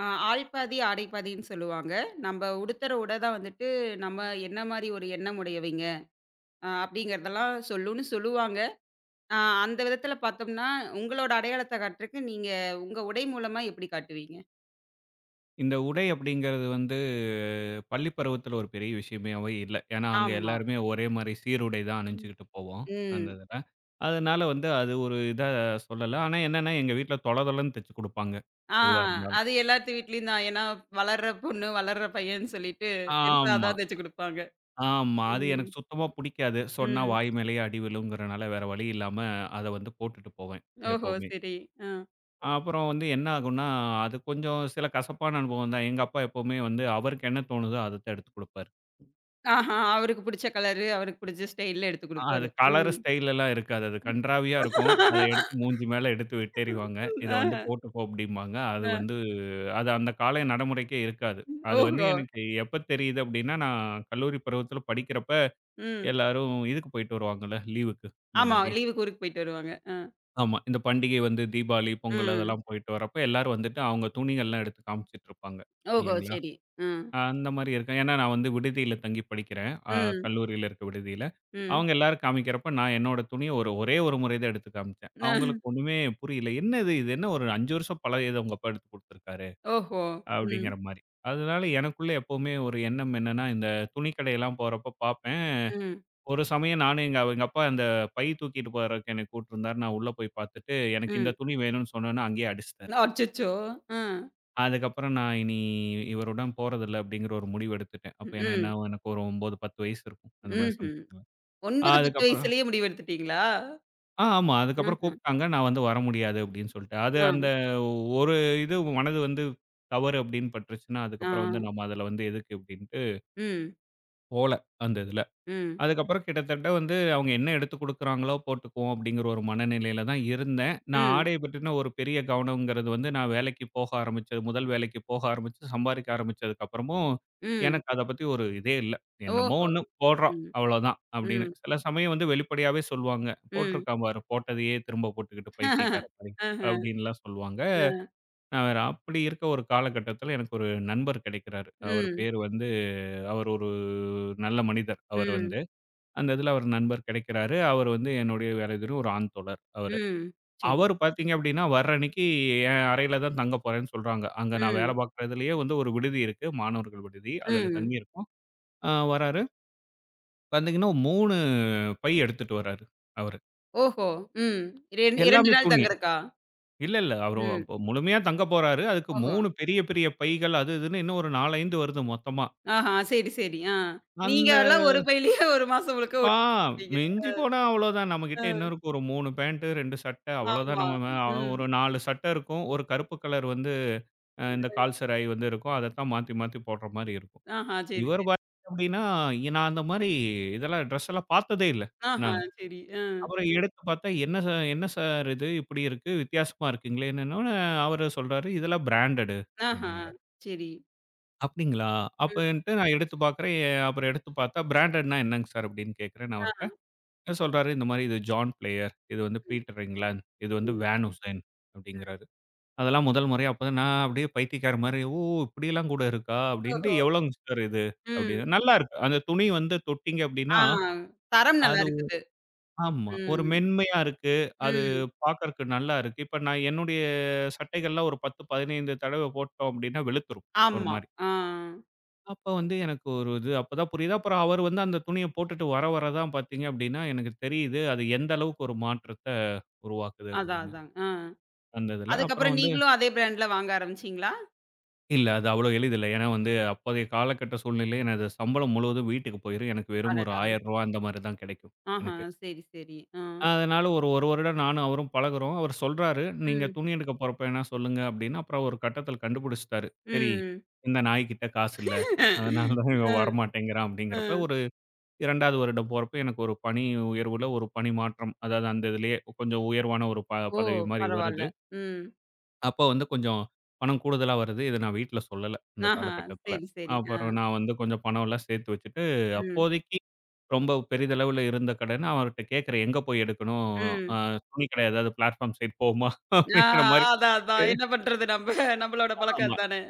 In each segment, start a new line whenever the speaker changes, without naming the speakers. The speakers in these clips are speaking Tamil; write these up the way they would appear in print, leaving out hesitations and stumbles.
ஆ ஆள் பாதி, ஆடை பாதின்னு சொல்லுவாங்க. நம்ம உடுத்துற உடை தான் வந்துட்டு, நம்ம என்ன மாரி ஒரு எண்ணம் உடையவைங்க, அப்படிங்கிறதெல்லாம் சொல்லும்ன்னு சொல்லுவாங்க. அ அந்த விதத்தில பார்த்தோம்னா, உங்களோட அடையாளத்த காட்டுறக்கு நீங்க உங்க உடை மூலமா எப்படி காட்டுவீங்க?
இந்த உடை அப்படிங்கிறது வந்து பள்ளி பருவத்துல ஒரு பெரிய விஷயமாவே இல்ல. ஏன்னா, அங்க
ஆமா.
எல்லாருமே ஒரே மாரி சீருடை தான் அணிஞ்சுகிட்டு போவோம். அந்த
ம்.
இதுல. அதனால வந்து அது ஒரு இதா சொல்லல. ஆனா என்னன்னா, எங்க வீட்ல தொள தொளன்னு தச்சு குடுப்பாங்க.
ஆ
எதுவா இருந்தாலும்.
அது எல்லாத்து வீட்லயும் தான். ஏன்னா, வளர்ற பொண்ணு, வளர்ற பையன்னு சொல்லிட்டு, பெருசா
ஆமா,
அதான் தச்சு குடுப்பாங்க.
ஆமா. அது
ம்.
எனக்கு சுத்தமா புடிக்காது. சொன்னா
ம்.
வாய் மேலேயே அடி விழுங்கிறனால வேற வழி இல்லாம அத வந்து போட்டுட்டு போவேன்
ஓஹோ!
எப்பவுமே.
சரி. ஆ.
அப்புறம் வந்து என்ன ஆகும்னா, அது கொஞ்சம் சில கசப்பான அனுபவம் தான். எங்க அப்பா எப்பவுமே வந்து அவருக்கு என்ன தோணுதோ அத தான் எடுத்து குடுப்பாரு.
ஆஹா. அவருக்கு புடிச்ச கலரு, அவருக்கு புடிச்ச ஸ்டைல்ல எடுத்து
அது
குடுப்பாரு.
கலர்
ம்.
ஸ்டைல் எல்லாம் இருக்காது. அது கண்றாவியா இருக்கும். அத எடுத்து மூஞ்சி மேல எடுத்து வெட்டெறிவாங்க. இத
ஆஹ.
வந்து போட்டுக்கோ அப்டிம்பாங்க. அது
அ.
வந்து அது அந்த கால நடைமுறைக்கே இருக்காது. அது வந்து
ஓஹோ!
எனக்கு எப்ப தெரியுது அப்டின்னா, நான் கல்லூரி பருவத்தில படிக்கிறப்ப
ம்.
எல்லாரும் இதுக்கு போயிட்டு வருவாங்கல்ல, லீவுக்கு இந்த
ஆமா.
மாரி.
லீவுக்கு ஊருக்கு போயிட்டு வருவாங்க. அ.
ஆமா. இந்த பண்டிகை வந்து தீபாவளி, பொங்கல்
ம்.
அதெல்லாம் போயிட்டு வரப்ப எல்லாரும் வந்துட்டு அவங்க துணிகள்லாம் எடுத்து காமிச்சுட்டு இருப்பாங்க.
ஓஹோ!
இல்லைங்களா?
சரி. ம்.
அந்த மாரி இருக்கேன். ஏன்னா நான் வந்து விடுதியில தங்கி படிக்கிறேன்.
ம்.
கல்லூரியில இருக்க விடுதியில.
ம்.
அவங்க எல்லாரும் காமிக்கிறப்ப நான் என்னோட துணிய ஒரே ஒரு முறை தான் எடுத்து காமிச்சேன். அவங்களுக்கு ஒண்ணுமே புரியல. என்ன இது? இது என்ன ஒரு 5 வருஷம் பழையது உங்க அப்பா எடுத்து குடுத்துருக்காரு
ஓஹோ! ம்.
அப்படிங்கிற மாரி. அதனால எனக்குள்ள எப்பவுமே ஒரு எண்ணம் என்னன்னா, இந்த துணி கடையெல்லாம் போறப்ப பார்ப்பேன்.
ம்.
ஒரு சமயம் நானும் எங்க எங்க அப்பா அந்த பை தூக்கிட்டு போறதுக்கு என்னை கூட்டிருந்தாரு. நான் உள்ள போய் பார்த்துட்டு எனக்கு இந்த
ம்.
துணி வேணும்னு சொன்னோனே அங்கேயே அடிச்சுட்டாரு.
அச்சச்சோ! அ.
அதுக்கப்புறம் நான் இனி இவருடன் போறதில்ல அப்படிங்கிற ஒரு முடிவு எடுத்துட்டேன். அப்ப என்ன என்ன
ம்.
எனக்கு ஒரு 9, 10 வயசு இருக்கும். அந்த மாரி
ம்ஹ்ம்.
சம்திங்ல.
9, 10
அதுக்கப்புறம்
வயசுலயே முடிவெடுத்துட்டீங்களா?
ஆமா. அதுக்கப்புறம்
ம்ஹ்ம்.
கூப்ட்டாங்க. நான் வந்து வர முடியாது அப்படின்னு சொல்லிட்டேன். அது அந்த
ஆ.
ஒரு இது மனது வந்து தவறு அப்படின்னு பட்டுருச்சுன்னா,
ஆ.
அதுக்கப்புறம் வந்து நம்ம அதுல வந்து எதுக்கு அப்படின்ட்டு
ம்.
போல அந்த இதுல.
ம்.
அதுக்கப்புறம் கிட்டத்தட்ட வந்து அவங்க என்ன எடுத்து குடுக்குறாங்களோ போட்டுக்குவோம் அப்படிங்கிற ஒரு மனநிலையில தான் இருந்தேன். நான்
ம்.
ஆடைய பற்றின ஒரு பெரிய கவனம்ங்கிறது வந்து நான் வேலைக்கு போக ஆரம்பிச்சது முதல் வேலைக்கு போக ஆரம்பிச்சு சம்பாதிக்க ஆரம்பிச்சதுக்கு அப்புறமும்
ம்.
எனக்கு அத பத்தி ஒரு இதே இல்ல.
ஓஹோ!
என்னமோ ஒண்ணு போடுறோம்
ம்.
அவ்வளோதான் அப்படின்னு.
ம்.
சில சமயம் வந்து வெளிப்படையாவே சொல்லுவாங்க.
ம்.
"போட்டிருக்கான் பாரு போட்டதையே திரும்ப போட்டுக்கிட்டு பைத்தியக்கார மாரி"
ஆஹ.
அப்படின்லாம் சொல்லுவாங்க.
அ.
நான் வேற அப்படி இருக்க ஒரு காலகட்டத்தில எனக்கு ஒரு நண்பர் கிடைக்கிறாரு. அவர்
ம்.
பேரு வந்து அவர் ஒரு நல்ல மனிதர். அவர்
ம்.
வந்து அந்த இதில அவர் நண்பர் கிடைக்கிறாரு. அவர் வந்து என்னுடைய வேலை தினம் ஒரு ஆண் தோழர் அவரு.
ம். சரி.
அவரு பார்த்தீங்க அப்டின்னா, வர்ற அன்னைக்கு என் அறையில தான் தங்க போறேன்னு சொல்றாங்க. அங்க நான்
ம்.
வேலை பார்க்குறதிலேயே வந்து ஒரு விடுதி இருக்கு. மாணவர்கள் விடுதி. அதில
ம்.
தங்கியிருக்கோம். வராரு. பார்த்தீங்கன்னா 3 பை எடுத்துட்டு வராரு அவரு.
ஓஹோ! ம். 2
எல்லாமே
நாள்
துணி.
தங்குறதுக்கா?
இல்ல. அவரு
ம்.
அப்ப முழுமையா தங்க போறாரு. அதுக்கு
ஓஹோ!
3 பெரிய பெரிய பைகள் அது இதுன்னு இன்னும் ஒரு 4, 5 வருது மொத்தமா.
ஆஹா. சரி, சரி. ஆ. நீங்க
அந்த
எல்லாம் ஒரு பையிலேயே 1 மாசம் முழுக்க
ஆ
ஓட்டிட்டீங்க. அ,
மிஞ்சி போனா அவ்வளோதான். நம்மகிட்ட என்ன
அ.
இருக்கும்? ஒரு 3 பேண்ட், 2 சட்டை அவ்வளோதான்.
ஆமா.
நம்ம மே
ம்.
ஒரு 4 சட்டை இருக்கும். ஒரு கருப்பு கலர் வந்து
அ.
இந்த கால்சராய் வந்து இருக்கும். அதத்தான் மாத்தி மாத்தி போடுற மாரி இருக்கும்.
ஆஹா. சரி,
இவர்
சரி.
பார்த்தீங்க அப்டின்னா, நான் அந்த மாரி இதெல்லாம் ட்ரெஸ் எல்லாம் பார்த்ததே இல்ல
ஆஹா.
நானு.
சரி. அ.
அப்புறம் எடுத்து பார்த்தா, என்ன சார் இது இப்படி இருக்கு? வித்தியாசமா இருக்குங்களேன்னோனே" அவரு சொல்றாரு, "இதெல்லாம் பிராண்டடு"
ஆஹா.
அப்படிங்கிறாரு.
சரி.
"அப்படிங்களா?"
ம்.
அப்பன்ட்டு நான் எடுத்து பார்க்குறேன். அப்புறம் எடுத்து பார்த்தா, "பிராண்டட்னா என்னங்க சார்?" அப்படின்னு கேட்கிறேன் நான்
ஆ.
அவர்ட்ட. சொல்றாரு, இந்த மாரி இது ஜான் பிளேயர், இது வந்து
ம்,
பீட்டர் இங்கிலாந்து, இது வந்து
ம்.
வேன் உசேன் அப்படிங்கிறாரு. அதெல்லாம் முதல் முறையா அப்பதான் நான் அப்படியே பைத்தியக்காரன் மாரி, "ஓ! இப்படியெல்லாம் கூட இருக்கா?" அப்படின்ட்டு,
ஓஹோ!
"எவ்வளோங்க சார் இது?"
ம்.
அப்படின்னு. நல்லா இருக்கு. அந்த துணி வந்து தொட்டீங்க
ஆ.
அப்படின்னா,
தரம் நல்லா
அது
இருக்குது.
ஆமா. ஒரு
ம்.
மென்மையா இருக்கு. அது
ம்.
பார்க்கறக்கு நல்லா இருக்கு. இப்ப நான் என்னுடைய சட்டைகள்லாம் ஒரு 10, 15 தடவ போட்டோம் அப்படின்னா வெளுத்துரும், ஒரு
ஆமா.
மாரி.
ஆ.
அப்ப வந்து எனக்கு ஒரு இது அப்பதான் புரியுது. அப்புறம் அவர் வந்து அந்த துணிய போட்டுட்டு வர வர தான் பார்த்தீங்க அப்படின்னா, எனக்கு தெரியுது அது எந்த அளவுக்கு ஒரு மாற்றத்த உருவாக்குது
அதான்,
அப்படின்னு.
அதான். ஆ.
அந்த இதில. அப்புறம்
அதுக்கப்புறம்
வந்து
நீங்களும் அதே பிராண்ட்ல வாங்க ஆரம்பிச்சீங்களா?
இல்ல அது அவ்வளோ எளிதில்ல. ஏன்னா வந்து அப்போதைய காலகட்ட சூழ்நிலையில எனது சம்பளம் முழுவதும் வீட்டுக்கு போயிரும். எனக்கு வெறும் ஒரு ரூ.
அடடா!
1000 அந்த மாரி தான் கிடைக்கும்
ஆஹா.
எனக்கு.
சரி, சரி. ஆ.
அதனால ஒரு 1 வருடம் நானும் அவரும் பழகுறோம். அவர் சொல்றாரு, "நீங்க
ம்.
துணி எடுக்க போறப்ப வேணா சொல்லுங்க" அப்படின்னு. அப்புறம் ஒரு கட்டத்தில கண்டுபிடிச்சுட்டாரு. சரி
ம்.
இந்த நாய்க்கிட்ட காசு இல்ல. அதனால தான்
அ,
இவன் வரமாட்டேங்கிறான்
அ.
அப்படிங்கிறப்ப, ஒரு 2வது வருடம் போறப்ப எனக்கு ஒரு பணி உயர்வுல ஒரு பணி மாற்றம். அதாவது அந்த இதிலேயே கொஞ்சம் உயர்வான ஒரு
ஓ!
பதவி மாரி
பரவால்ல.
வருது.
ம்.
அப்போ வந்து கொஞ்சம் பணம் கூடுதலா வருது. இத நான் வீட்ல சொல்லல, அந்த
ஆஹா.
காலகட்டத்தில.
சரி, சரி. ஆ.
அப்புறம் நான் வந்து கொஞ்சம் பணம்லாம் சேர்த்து வச்சுட்டு,
ம்.
அப்போதைக்கு ரொம்ப பெரிதளவுல இருந்த கடன அவர்ட்ட கேட்கிறேன். எங்க போய் எடுக்கணும்? அ
ம்.
துணி கடை ஏதாவது பிளாட்ஃபார்ம் சைட் போவோமா?
ஆ
அப்படிங்கிற மாரி.
அதான், அதான். என்ன பண்றது நம்பளோட பழக்கம் அதானே.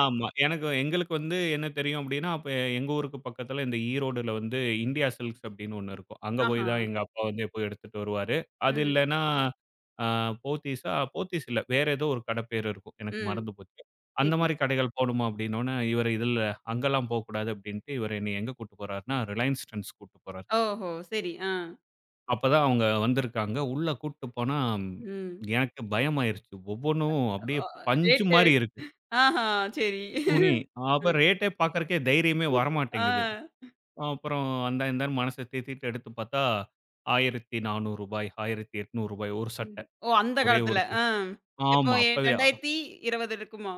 ஆமா. எங்களுக்கு வந்து என்ன தெரியும் அப்டின்னா, அப்ப எங்க ஊருக்கு பக்கத்துல இந்த ஈரோடுல வந்து இந்தியா சில்க்ஸ் அப்டின்னு ஒண்ணு இருக்கும். அங்க போய்
ஆஹா.
தான் எங்க அப்பா வந்து எப்போ எடுத்துட்டு வருவாரு. அது
ம்.
இல்லன்னா அ போத்தீஸ் இல்ல. வேற ஏதோ ஒரு கட பேரு இருக்கும். எனக்கு
ம்.
மறந்து போச்சு. அந்த
சரி.
மாரி கடைகள் போணுமா அப்டின்னோனே, இவரு இதுல அங்கலாம் போக்கூடாது அப்டின்ட்டு இவரு என்னைய எங்க கூட்டு போறாருன்னா, ரிலையன்ஸ் ட்ரெண்ட்ஸ் கூட்டு போறாரு.
ஓஹோ! சரி. ஆ.
அப்பதான் அவங்க வந்திருக்காங்க. உள்ள கூட்டு போனா
ம்.
எனக்கு பயமாயிருச்சு. ஒவ்வொன்னும் அப்டியே
அ
பஞ்சு
ரேட்டு
மாரி இருக்கு.
ஆஹா சரி.
துணி. அப்ப ரேட்டே பார்க்கறக்கே தைரியமே
ஆ.
வரமாட்டேங்குது. அப்புறம் அந்த இந்தான்னு மனச தேத்திட்டு எடுத்து பார்த்தா, ரூ. 1400 ரூ. 1800 ஒரு
ம்.
சட்டை.
ஓ! அந்த
ஒரே ஒரு
காலத்துல.
சு
ஆ. எப்போ
ஆமா. அப்பவே
2020 இருக்குமா?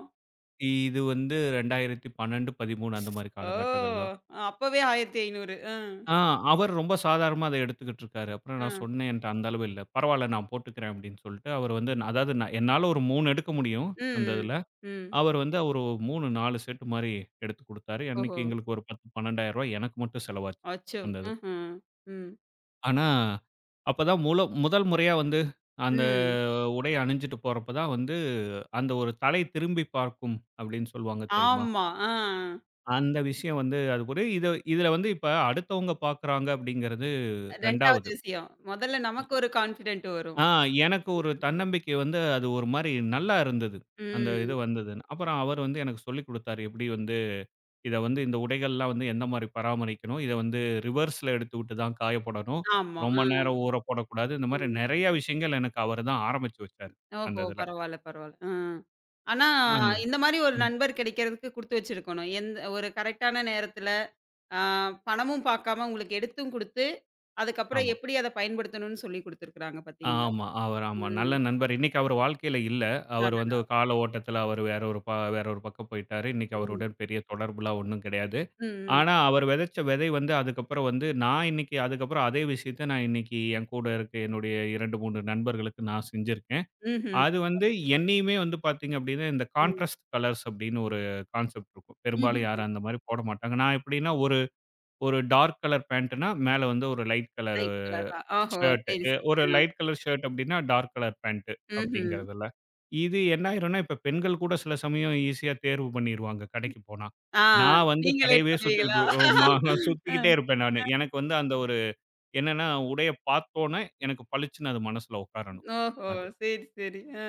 இது வந்து 2012, 13 அந்த மாரி
ஓ!
காலங்கட்டங்கள்ல.
அப்பவே 1,500. ஆ.
ஆ அவர் ரொம்ப சாதாரணமா அத எடுத்துக்கிட்டு இருக்காரு. அப்புறம்
ஆ.
நான்
ம்.
சொன்னேன் என்ட்ட அந்த அளவு இல்ல. பரவால்ல நான் போட்டுக்கிறேன் அப்படின்னு சொல்லிட்டு, அவர் வந்து நான் அதாவது நான் என்னால ஒரு 3 எடுக்க முடியும் அந்த
ம்.
இதுல.
ம்.
அவர் வந்து அவரு 3, 4 செட் மாரி எடுத்து குடுத்தாரு.
ஓஹோ!
அன்னைக்கு எங்களுக்கு ஒரு 10, 12,000 ரூபாய் எனக்கு மட்டும் செலவாச்சு.
அச்சோ!
அந்த இது.
ஆஹா. ம்.
ஆனா, அப்பதான் முதல் முறையா வந்து அந்த
ம்.
உடைய அணிஞ்சுட்டு போறப்ப தான் வந்து, அந்த ஒரு தலை திரும்பி பார்க்கும் அப்படின்னு சொல்லுவாங்க தெரியுமா?
ஆமா. ஆ.
அந்த விஷயம் வந்து அது ஒரு இது இதுல வந்து இப்ப அடுத்தவங்க பார்க்குறாங்க அப்படிங்கிறது
2வது
2வது.
விஷயம். முதல்ல
இ
நமக்கு ஒரு கான்ஃபிடென்ட் வரும்.
ஆ எனக்கு ஒரு தன்னம்பிக்கை வந்து அது ஒரு மாரி நல்லா இருந்தது. அந்த இது
ம்.
வந்ததுன்னு. அப்புறம் அவர் வந்து எனக்கு சொல்லிக் குடுத்தாரு. எப்படி வந்து இத வந்து இந்த உடைகள்லாம் வந்து எந்த மாரி பராமரிக்கணும்? இத வந்து ரிவர்ஸ்ல எடுத்துவிட்டு தான் காய போடணும்.
ஆமா.
ரொம்ப
ஆ.
நேரம் ஊற போடக்கூடாது. இந்த மாரி
ம்.
நெறைய விஷயங்கள் எனக்கு அவரு தான் ஆரம்பிச்சு வச்சாரு. அந்த
ஓஹோ!
இதுல.
பரவால்ல, பரவால்ல. ஆ. ஆனா,
அந்த
இந்த மாரி ஒரு
ம்.
நண்பர் கிடைக்கிறதுக்கு குடுத்து வச்சிருக்கணும். எந்த ஒரு கரெக்ட்டான நேரத்துல, ஆ பணமும் பாக்காம உங்களுக்கு எடுத்தும் குடுத்து, அதுக்கப்புறம்
ஆமா.
எப்படி அத பயன்படுத்தணும்னு சொல்லிக் குடுத்துருக்காங்க பாத்தீங்களா?
ஆமா. அவர் ஆமா.
ம்.
நல்ல நண்பர். இன்னைக்கு அவர் வாழ்க்கையில இல்ல. அவர் வந்து
அடடா!
கால ஓட்டத்துல அவர் வேற ஒரு பக்கம் போயிட்டாரு. இன்னைக்கு
ம்.
அவருடன் பெரிய தொடர்புலாம் ஒண்ணும் கிடையாது.
ம், ம்.
ஆனா, அவர் விதைச்ச விதை வந்து அதுக்கப்புறம் வந்து நான் இன்னைக்கு அதுக்கப்புறம் அதே விஷயத்த நான் இன்னைக்கு என் கூட இருக்க என்னுடைய 2, 3 நண்பர்களுக்கு நான் செஞ்சிருக்கேன்.
ம்ஹ்ம்.
அது வந்து
பரவால்ல.
என்னையுமே வந்து பார்த்தீங்க அப்படின்னா, இந்த கான்ட்ராஸ்ட் கலர்ஸ் அப்படின்னு ஒரு கான்செப்ட் இருக்கும். பெரும்பாலும்
ம்.
யாரும் அந்த மாதிரி போட மாட்டாங்க. நான் எப்படின்னா ஒரு ஒரு டார்க் கலர் பேண்ட்டுனா, மேல வந்து ஒரு லைட் கலர்
லைட் கலர் தான். ஓஹோ!
ஷர்ட்.
சரி, சரி.
ஒரு
ஆ.
லைட் கலர் ஷர்ட் அப்படின்னா, டார்க் கலர் பேண்ட்
ம்ஹ்ம்.
அப்படிங்கிறதுல. இது என்ன ஆயிரும்னா, இப்ப பெண்கள் கூட சில சமயம் ஈஸியா தேர்வு பண்ணிருவாங்க கடைக்கு போனா.
ஆ
நான் வந்து
நீங்க லேட்
கடையவே
பண்ணுவீங்களா?
சுத்திக்கிட்டு ஆமா
அ.
சுத்திக்கிட்டே இருப்பேன் நானு. எனக்கு வந்து அந்த ஒரு என்னன்னா, உடைய பார்த்தோனே எனக்கு பளிச்சுன்னு அது மனசுல உட்காரணும்.
ஓஹோ!
அது.
சரி, சரி. ஆ.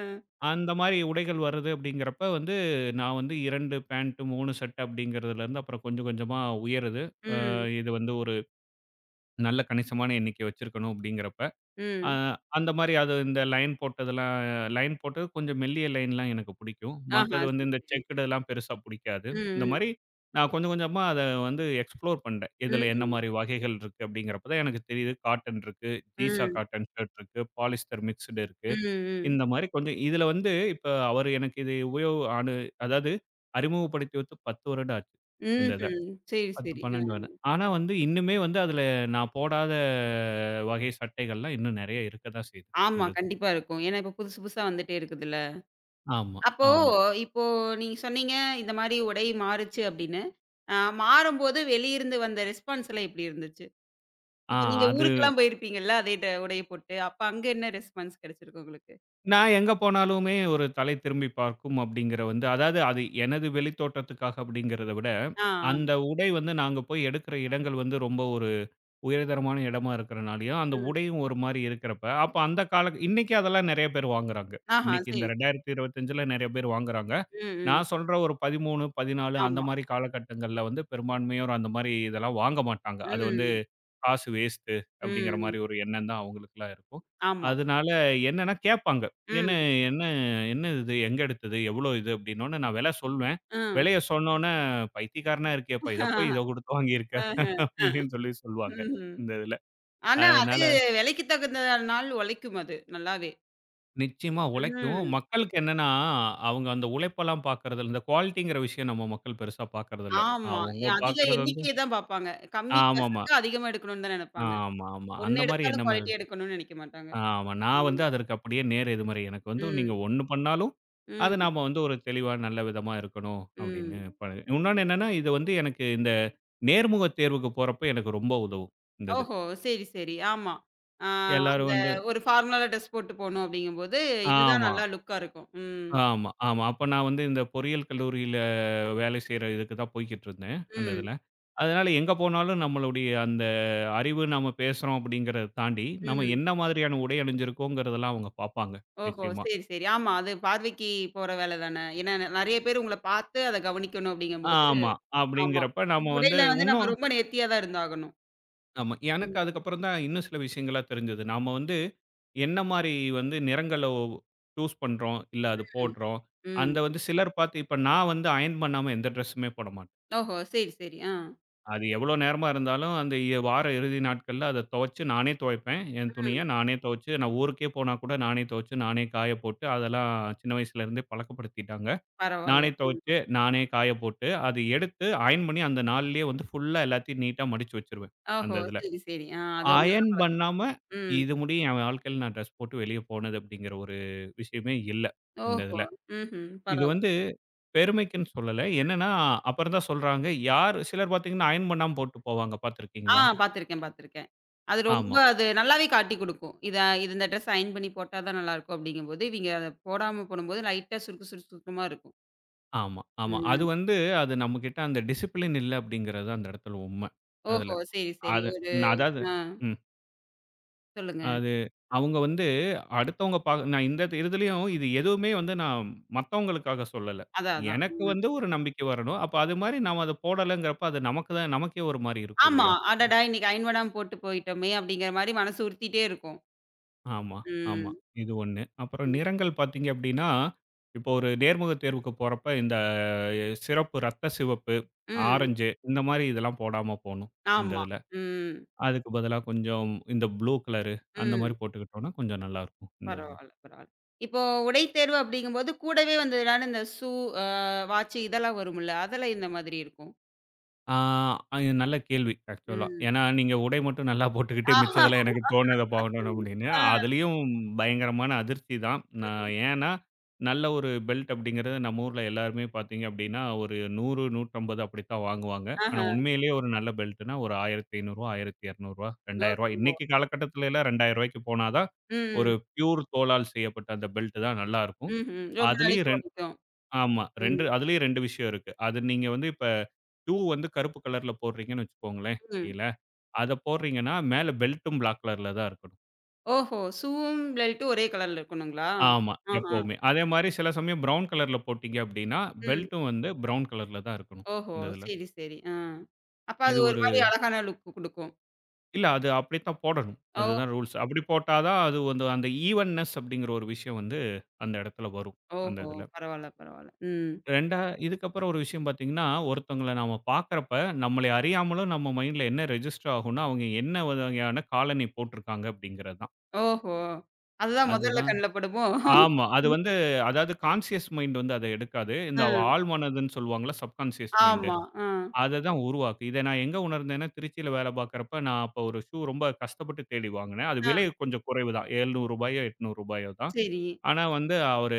அந்த மாரி உடைகள் வருது அப்படிங்கிறப்ப வந்து, நான் வந்து 2 பேண்ட், 3 சட்டை அப்படிங்கிறதுலேருந்து அப்புறம் கொஞ்சம் கொஞ்சமா உயருது. அ
ம்.
இது வந்து ஒரு நல்ல கணிசமான எண்ணிக்கை வச்சிருக்கணும் அப்படிங்கிறப்ப, அ
ம்.
அந்த மாரி அது இந்த லைன் போட்டது கொஞ்சம் மெல்லிய லைன்லாம் எனக்கு புடிக்கும்.
ஆஹா!
மத்தது வந்து
சரி,
இந்த
சரி.
செக்குடுலாம் பெருசா புடிக்காது.
ம்,
இந்த
ம்.
மாரி நான் கொஞ்சம் கொஞ்சமா அத வந்து எக்ஸ்ப்ளோர் பண்ட்டேன். இதில என்ன
ம்ஹ்ம்.
மாரி வகைகள் இருக்கு அப்படிங்கிறப்ப தான் எனக்கு தெரியுது. காட்டன் இருக்கு, ஜீஸா
ம்.
காட்டன் ஷர்ட் இருக்கு, பாலிஸ்டர் மிக்ஸ்டு இருக்கு.
ம், ம்.
இந்த மாரி கொஞ்சம் இதுல வந்து இப்ப அவரு எனக்கு இது உபயோக அனு அதாவது அறிமுகப்படுத்தி வைத்து 10 வருடம் ஆச்சு. இந்த இத.
ம்ஹ்ம். சரி,
10,
சரி. அ.
12 வருடம். ஆனா வந்து இன்னுமே வந்து அதுல நான் போடாத வகை சட்டைகள்லாம் இன்னும் நெறைய இருக்க தான் செய்யுது.
ஆமா.
இந்த இது.
கண்டிப்பா இருக்கும். ஏன்னா இப்ப புதுசு புதுசா வந்துட்டே இருக்குதுல்ல.
ஆமா,
அப்போ
ஆமா.
இப்போ நீங்க சொன்னீங்க, இந்த மாரி உடை மாறுச்சு அப்படின்னு. அ மாறும்போது வெளியிருந்து வந்த ரெஸ்பான்ஸ்லாம் எப்படி இருந்துச்சு?
ஆ
இப்ப நீங்க
அது
ஊருக்கெல்லாம் போயிருப்பீங்கல்ல, அதே உடைய போட்டு. அப்ப அங்க என்ன ரெஸ்பான்ஸ் கிடைச்சிருக்கு உங்களுக்கு?
நான் எங்க போனாலுமே ஒரு தலை திரும்பி பார்க்கும் அப்படிங்கிற வந்து அதாவது அது எனது வெளித்தோற்றத்துக்காக அப்படிங்கிறத விட,
ஆ, ஆ.
அந்த உடை வந்து நாங்க போய் எடுக்கிற இடங்கள் வந்து ரொம்ப ஒரு உயர்தரமான இடமா இருக்கிறனாலயும், அந்த
ம்.
உடையும் ஒரு மாரி இருக்கிறப்ப, அப்ப அந்த கால இன்னைக்கு அதெல்லாம் நெறைய பேர் வாங்குறாங்க.
ஆஹா,
இன்னைக்கு
சரி.
இந்த
சரி.
2025ல நெறைய பேர் வாங்குறாங்க.
ம், ம்.
நான் சொல்ற ஒரு 13, 14 அந்த
ஆமா.
மாரி காலகட்டங்கள்ல வந்து பெரும்பான்மையோர் அந்த மாரி இதெல்லாம் வாங்க மாட்டாங்க. அது வந்து
ம்.
காசு வேஸ்ட்டு அப்படிங்கிற
ம்.
மாரி ஒரு எண்ணம் தான் அவங்களுக்கெல்லாம் இருக்கும்.
ஆமா.
அதனால என்னன்னா கேட்பாங்க. "என்ன
ம்.
என்ன என்ன இது? எங்க எடுத்தது? எவ்வளோ இது?" அப்படின்னோனே நான் விலை சொல்வேன்.
ம்.
விலைய சொன்னோனே, "பைத்தியக்காரனா இருக்கியேப்பா! இத போய்
ஆஹ.
இத குடுத்து வாங்கியிருக்க" அப்படின்னு சொல்லுவாங்க.
ம்ஹ்ம்.
இந்த இதுல.
ஆனா அது
அதனால
விலைக்கு தகுந்த நாள் உழைக்கும் அது நல்லாவே.
நிச்சயமா உழைக்கும்.
ம்.
மக்களுக்கு என்னன்னா, அவங்க அந்த உழைப்பெல்லாம் பார்க்கறதில்ல. இந்த குவாலிட்டிங்கிற விஷயம் நம்ம மக்கள் பெருசா பார்க்கறதில்ல.
ஆமா.
அவங்க
அதிக
பார்க்கறது வந்து
எண்ணிக்கைய தான் பார்ப்பாங்க. கம்மி
ஆமாமா.
காசுக்கு அதிகமா எடுக்கணும்னு தான் நினைப்பாங்க.
ஆமா. அந்த
ஒண்ணு
மாரி
எடுத்தாலும்
எண்ணம்
குவாலிட்டியா எடுக்கணும்னு நினைக்க மாட்டாங்க.
ஆமா. நான் வந்து
ம்.
அதற்கு அப்படியே நேர் எதிர்மறை. எனக்கு வந்து நீங்க
ம்.
ஒண்ணு பண்ணாலும், அத
ம்.
நாம வந்து ஒரு தெளிவா நல்ல விதமா இருக்கணும் அப்படின்னு
ம்.
பழகு இன்னொன்னு என்னன்னா, இது வந்து எனக்கு இந்த நேர்முக தேர்வுக்கு போறப்ப எனக்கு ரொம்ப உதவும் இந்த இது.
ஓஹோ! சரி, சரி. ஆமா. ஆ ம்.
எல்லாரும்
அந்த
வந்து
ஒரு ஃபார்மலா ட்ரெஸ் போட்டு போணும் அப்படிங்கும்போது, இதுதான்
ஆமா,
நல்லா லுக்கா இருக்கும். ம்.
ஆமா. அப்ப நான் வந்து இந்த பொறியியல் கல்லூரியில வேலை செய்ற இதுக்கு தான் போய்க்கிட்டு இருந்தேன், அந்த
ம்.
இதுல. அதனால எங்க போனாலும் நம்மளுடைய அந்த அறிவு நாம பேசுறோம் அப்படிங்கிறத தாண்டி, நம்ம
ம்.
என்ன மாதிரியான உடை அணிஞ்சிருக்கோங்கிறதெல்லாம் அவங்க பார்ப்பாங்க,
ஓஹோ!
நிச்சயமா.
சரி, சரி. ஆமா. அது பார்வைக்கு போற வேலை தானே. ஏன்னா நெறைய பேர் உங்கள பார்த்து அத கவனிக்கணும் அப்படிங்கும்போது
ஆமா.
ஆமா.
அப்படிங்கிறப்ப நாம வந்து
உடையில வந்து நம்ம
இன்னும்
ரொம்ப நேர்த்தியா தான் இருந்தாகணும்.
ஆமா. எனக்கு
ம்.
அதுக்கப்புறம் தான் இன்னும் சில விஷயங்கள்லாம் தெரிஞ்சது. நாம வந்து என்ன மாரி வந்து நிறங்கள சூஸ் பண்றோம், இல்ல அது
ம்.
போடுறோம்.
ம்.
அந்த வந்து சிலர் பார்த்து இப்ப நான் வந்து அயர்ன் பண்ணாம எந்த ட்ரெஸ்ஸுமே போட மாட்டேன்.
ஓஹோ! சரி, சரி. ஆ.
அது எவ்வளோ நேரமா இருந்தாலும் அந்த வார இறுதி நாட்கள்ல அத துவைச்சு நானே துவைப்பேன். என் துணிய
ம்.
நானே துவைச்சு நான் ஊருக்கே போனா கூட நானே துவைச்சு, நானே காய போட்டு அதெல்லாம் சின்ன வயசுலேருந்தே பழக்கப்படுத்திட்டாங்க.
பரவால்ல.
நானே துவைச்சு, நானே காய போட்டு, அது எடுத்து அயர்ன் பண்ணி அந்த நாள்லயே வந்து ஃபுல்லா எல்லாத்தையும் நீட்டா மடிச்சு வச்சுருவேன், அந்த
ஓஹோ!
இதுல.
சரி, சரி. ஆ அது ஒரு நல்ல
அயர்ன்
பழக்கம்.
பண்ணாம
ம்.
இது முடியும் என் வாழ்க்கையில நான் ட்ரெஸ் போட்டு வெளிய போனது அப்படிங்கிற ஒரு விஷயமே இல்ல, இந்த
ஓஹோ!
இதுல.
ம்ஹ்ம்.
இது
பரவால்ல.
வந்து பெருமைக்குன்னு சொல்லல. என்னன்னா, அப்புறம் தான் சொல்றாங்க, யார் சிலர் பார்த்தீங்கன்னா அயர்ன் பண்ணாம போட்டு போவாங்க
ஆ
பார்த்துருக்கீங்களா?
பார்த்துருக்கேன், பார்த்துருக்கேன். அது ரொம்ப
ஆமா,
அது நல்லாவே காட்டிக் குடுக்கும். இத இது இந்த ட்ரெஸ் அயர்ன் பண்ணி போட்டா தான் நல்லாருக்கும் அப்படிங்கும்போது, இவிங்க அத போடாம போடும்போது லைட்டா சுருக்கு சுருக்கு சுருக்கமா இருக்கும்.
ஆமா. அது
ம்.
வந்து அது நம்மகிட்ட அந்த டிசிப்ளின் இல்ல அப்படிங்கிறது தான் அந்த இடத்துல உண்ம, அதுல.
ஓஹோ! சரி, சரி.
அது
ஒரு
நான் அதாவது
ஆ
ம்.
சொல்லுங்க.
அது அவங்க வந்து அடுத்தவங்க நான் இந்த இதுலயும் இது எதுவுமே வந்து நான் மத்தவங்களுக்காக சொல்லல.
அதான், அதான்.
எனக்கு
ம்.
வந்து ஒரு நம்பிக்கை வரணும். அப்ப அது மாரி நாம அத போடலங்கிறப்ப அது நமக்கு தான் நமக்கே ஒரு மாரி இருக்கும்
ஆமா.
இல்லையா?
அடடா! இன்னைக்கு அயர்ன் பண்ணாம போட்டு போயிட்டோமே! அப்படிங்கிற மாரி மனசு உறுத்திட்டே இருக்கும்.
ஆமா, ஆமா.
ம்.
இது ஒண்ணு. அப்புறம்
ம்.
நிறங்கள் பார்த்தீங்க அப்டின்னா, இப்போ ஒரு நேர்முக தேர்வுக்கு போறப்ப இந்த சிறப்பு ரத்த சிவப்பு,
ம்.
ஆரஞ்சு இந்த மாரி இதெல்லாம் போடாம போணும் இந்த
ஆமா.
இதுல.
ம்.
அதுக்கு பதிலா கொஞ்சம் இந்த ப்ளூ கலரு அந்த மாரி
ம்.
போட்டுக்கிட்டோம்னா கொஞ்சம் நல்லாருக்கும் இந்த இதுல.
பரவால்ல, பரவால்ல. இப்போ உடை தேர்வு அப்படிங்கும்போது கூடவே வந்ததுனால இந்த ஷூ, அ வாட்சு இதெல்லாம் வரும்ல. அதெல்லாம் எந்த மாதிரி இருக்கும்?
ஆ, அது நல்ல கேள்வி ஆக்சுவலா.
ம்.
ஏன்னா, நீங்க உடை மட்டும் நல்லா போட்டுக்கிட்டு,
ஆஹா.
மிச்சதெல்லாம் எனக்கு தோணுத பாக்கணும் அப்படின்னு.
ஆ,
அதுலயும் பயங்கரமான அதிர்ச்சி தான். நான்
ம்.
ஏன்னா, நல்ல ஒரு பெல்ட் அப்படிங்கிறது நம்ம ஊர்ல எல்லாருமே பாத்தீங்க அப்படின்னா, ஒரு 100, 150 அப்படித்தான் வாங்குவாங்க. ஆனா,
ஆஹா.
உண்மையிலேயே ஒரு நல்ல பெல்ட்னா ஒரு ரூ. 1500, ரூ. 1200, ரூ. 2000.
ஓஹோ!
இன்னைக்கு காலகட்டத்துல எல்லாம் ரூ. 2000க்கு போனா தான்,
ம்.
ஒரு பியூர் தோலால் செய்யப்பட்ட அந்த பெல்ட் தான் நல்லா இருக்கும்.
ம்ஹ்ம். ரொம்ப நாளைக்கு
அதுலயும்
உழைக்கும்.
ஆமா.
ம்.
2 அதிலேயும் 2 விஷயம் இருக்கு. அது நீங்க வந்து இப்ப ஷூ வந்து கருப்பு கலர்ல போடுறீங்கன்னு வச்சுக்கோங்களேன்,
ம்.
கீழ. அத போடுறீங்கன்னா, மேல பெல்ட்டும் பிளாக் கலர்ல தான் இருக்கணும்.
ஓஹோ! ஷூவும் பெல்ட்டு ஒரே கலர்ல இருக்கணுங்களா?
ஆமா,
ஆஹா.
எப்பவுமே. அதே மாரி சில சமயம் ப்ரவுன் கலர்ல போட்டீங்க அப்படின்னா,
ம்.
பெல்ட்டும் வந்து ப்ரவுன் கலர்ல தான் இருக்கணும்,
ஓஹோ!
இந்த இதுல.
சரி, சரி. ஆ. அப்ப அது
இது
ஒரு
ஒரு
மாரி அழகான லுக் குடுக்கும்.
இல்ல அது அப்படித்தான் போடணும்.
ஓ!
அதுதான் ரூல்ஸ். அப்படி போட்டா தான் அது வந்து அந்த ஈவன்னஸ் அப்படிங்கிற ஒரு விஷயம் வந்து அந்த இடத்துல வரும், அந்த
ஓஹோ!
இதுல.
பரவால்ல, பரவால்ல. ம்.
2 இதுக்கப்புறம் ஒரு விஷயம் பார்த்தீங்கன்னா, ஒருத்தவங்கள நாம பார்க்கிறப்ப, நம்மளை அறியாமலும் நம்ம மைண்ட்ல என்ன ரெஜிஸ்டர் ஆகும்னா, அவங்க என்ன வகையான காலணி போட்டிருக்காங்க அப்படிங்கிறது தான்.
ஓஹோ! அதுதான் முதல்ல
அதுதான்
கண்ல படுமோ?
ஆமா. அது வந்து அதாவது கான்ஷியஸ் மைண்ட் வந்து அத எடுக்காது. இந்த
ஆ.
ஆழ் மனதுன்னு சொல்லுவாங்கல்ல, சப்கான்ஷியஸ் மைண்டு.
ஆமா. ஆ.
அத தான் உருவாக்கும். இத நான் எங்க உணர்ந்தேன்னா, திருச்சியில வேலை பார்க்கிறப்ப, நான் அப்போ ஒரு ஷூ ரொம்ப கஷ்டப்பட்டு தேடி வாங்கினேன். அது
ஆ.
விலை கொஞ்சம் குறைவு தான். ரூ. 700 ரூ. 800 தான்.
சரி.
ஆனா வந்து அவரு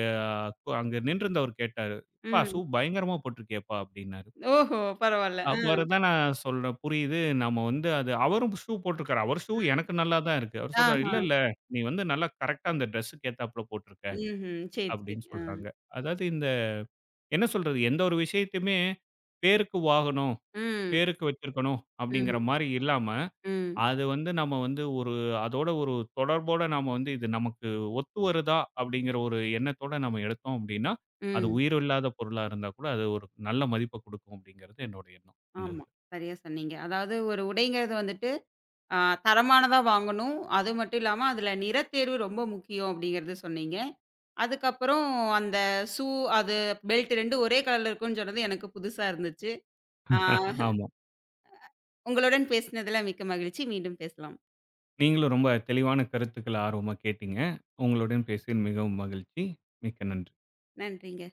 அங்க நின்றிருந்தவர் கேட்டாரு, "எப்பா
ம்.
ஷூ பயங்கரமா போட்டிருக்கியேப்பா" அப்படின்னாரு.
ஓஹோ! பரவால்ல. ஆ.
அப்புறம் தான் நான் சொல்றேன். புரியுது. நம்ம வந்து அது அவரும் ஷூ போட்டிருக்காரு. அவர் ஷூ
ம்.
எனக்கு நல்லா தான் இருக்கு. அவர் சொல்றாரு,
ஆஹா.
"இல்ல. நீ வந்து நல்லா கரெக்ட்டா அந்த டிரெஸ்ஸுக்கு ஏத்தாப்புல போட்டிருக்க."
ம்ஹ்ம். சரி,
அப்படின்னு
சரி. ஆ.
சொல்றாங்க. அதாவது இந்த என்ன சொல்றது? எந்த ஒரு விஷயத்தையுமே பேருக்கு வாங்கணும்,
ம்.
பேருக்கு வச்சிருக்கணும் அப்படிங்கிற
ம்.
மாரி இல்லாம,
ம்.
அது வந்து நம்ம வந்து ஒரு அதோட ஒரு தொடர்போட நாம வந்து இது நமக்கு ஒத்து வருதா? அப்படிங்கிற ஒரு எண்ணத்தோட நம்ம எடுத்தோம் அப்படின்னா, அது
ம்.
உயிரில்லாத பொருளா இருந்தா கூட, அது ஒரு நல்ல மதிப்ப குடுக்கும் அப்படிங்கிறது என்னோட எண்ணம். இந்த
ஆமா.
இதுல.
சரியா சொன்னீங்க. அதாவது ஒரு உடைங்கிறது வந்துட்டு, அ தரமானதா வாங்கணும். அது மட்டும் இல்லாம அதுல நிறத்தேர்வு ரொம்ப முக்கியம் அப்படிங்கிறது சொன்னீங்க. அதுக்கப்புறம் அந்த ஷூ, அது பெல்ட் 2 ஒரே கலர்ல இருக்கும்னு சொன்னது எனக்கு புதுசா இருந்துச்சு. ஆ
ஆமா.
உங்களுடன் பேசினதுல மிக்க மகிழ்ச்சி. மீண்டும் பேசலாம்.
நீங்களும் ரொம்ப தெளிவான கருத்துக்கள ஆர்வமா கேட்டீங்க. உங்களுடன் பேசியதில் மிகவும் மகிழ்ச்சி. மிக்க நன்றி.
நன்றிங்க.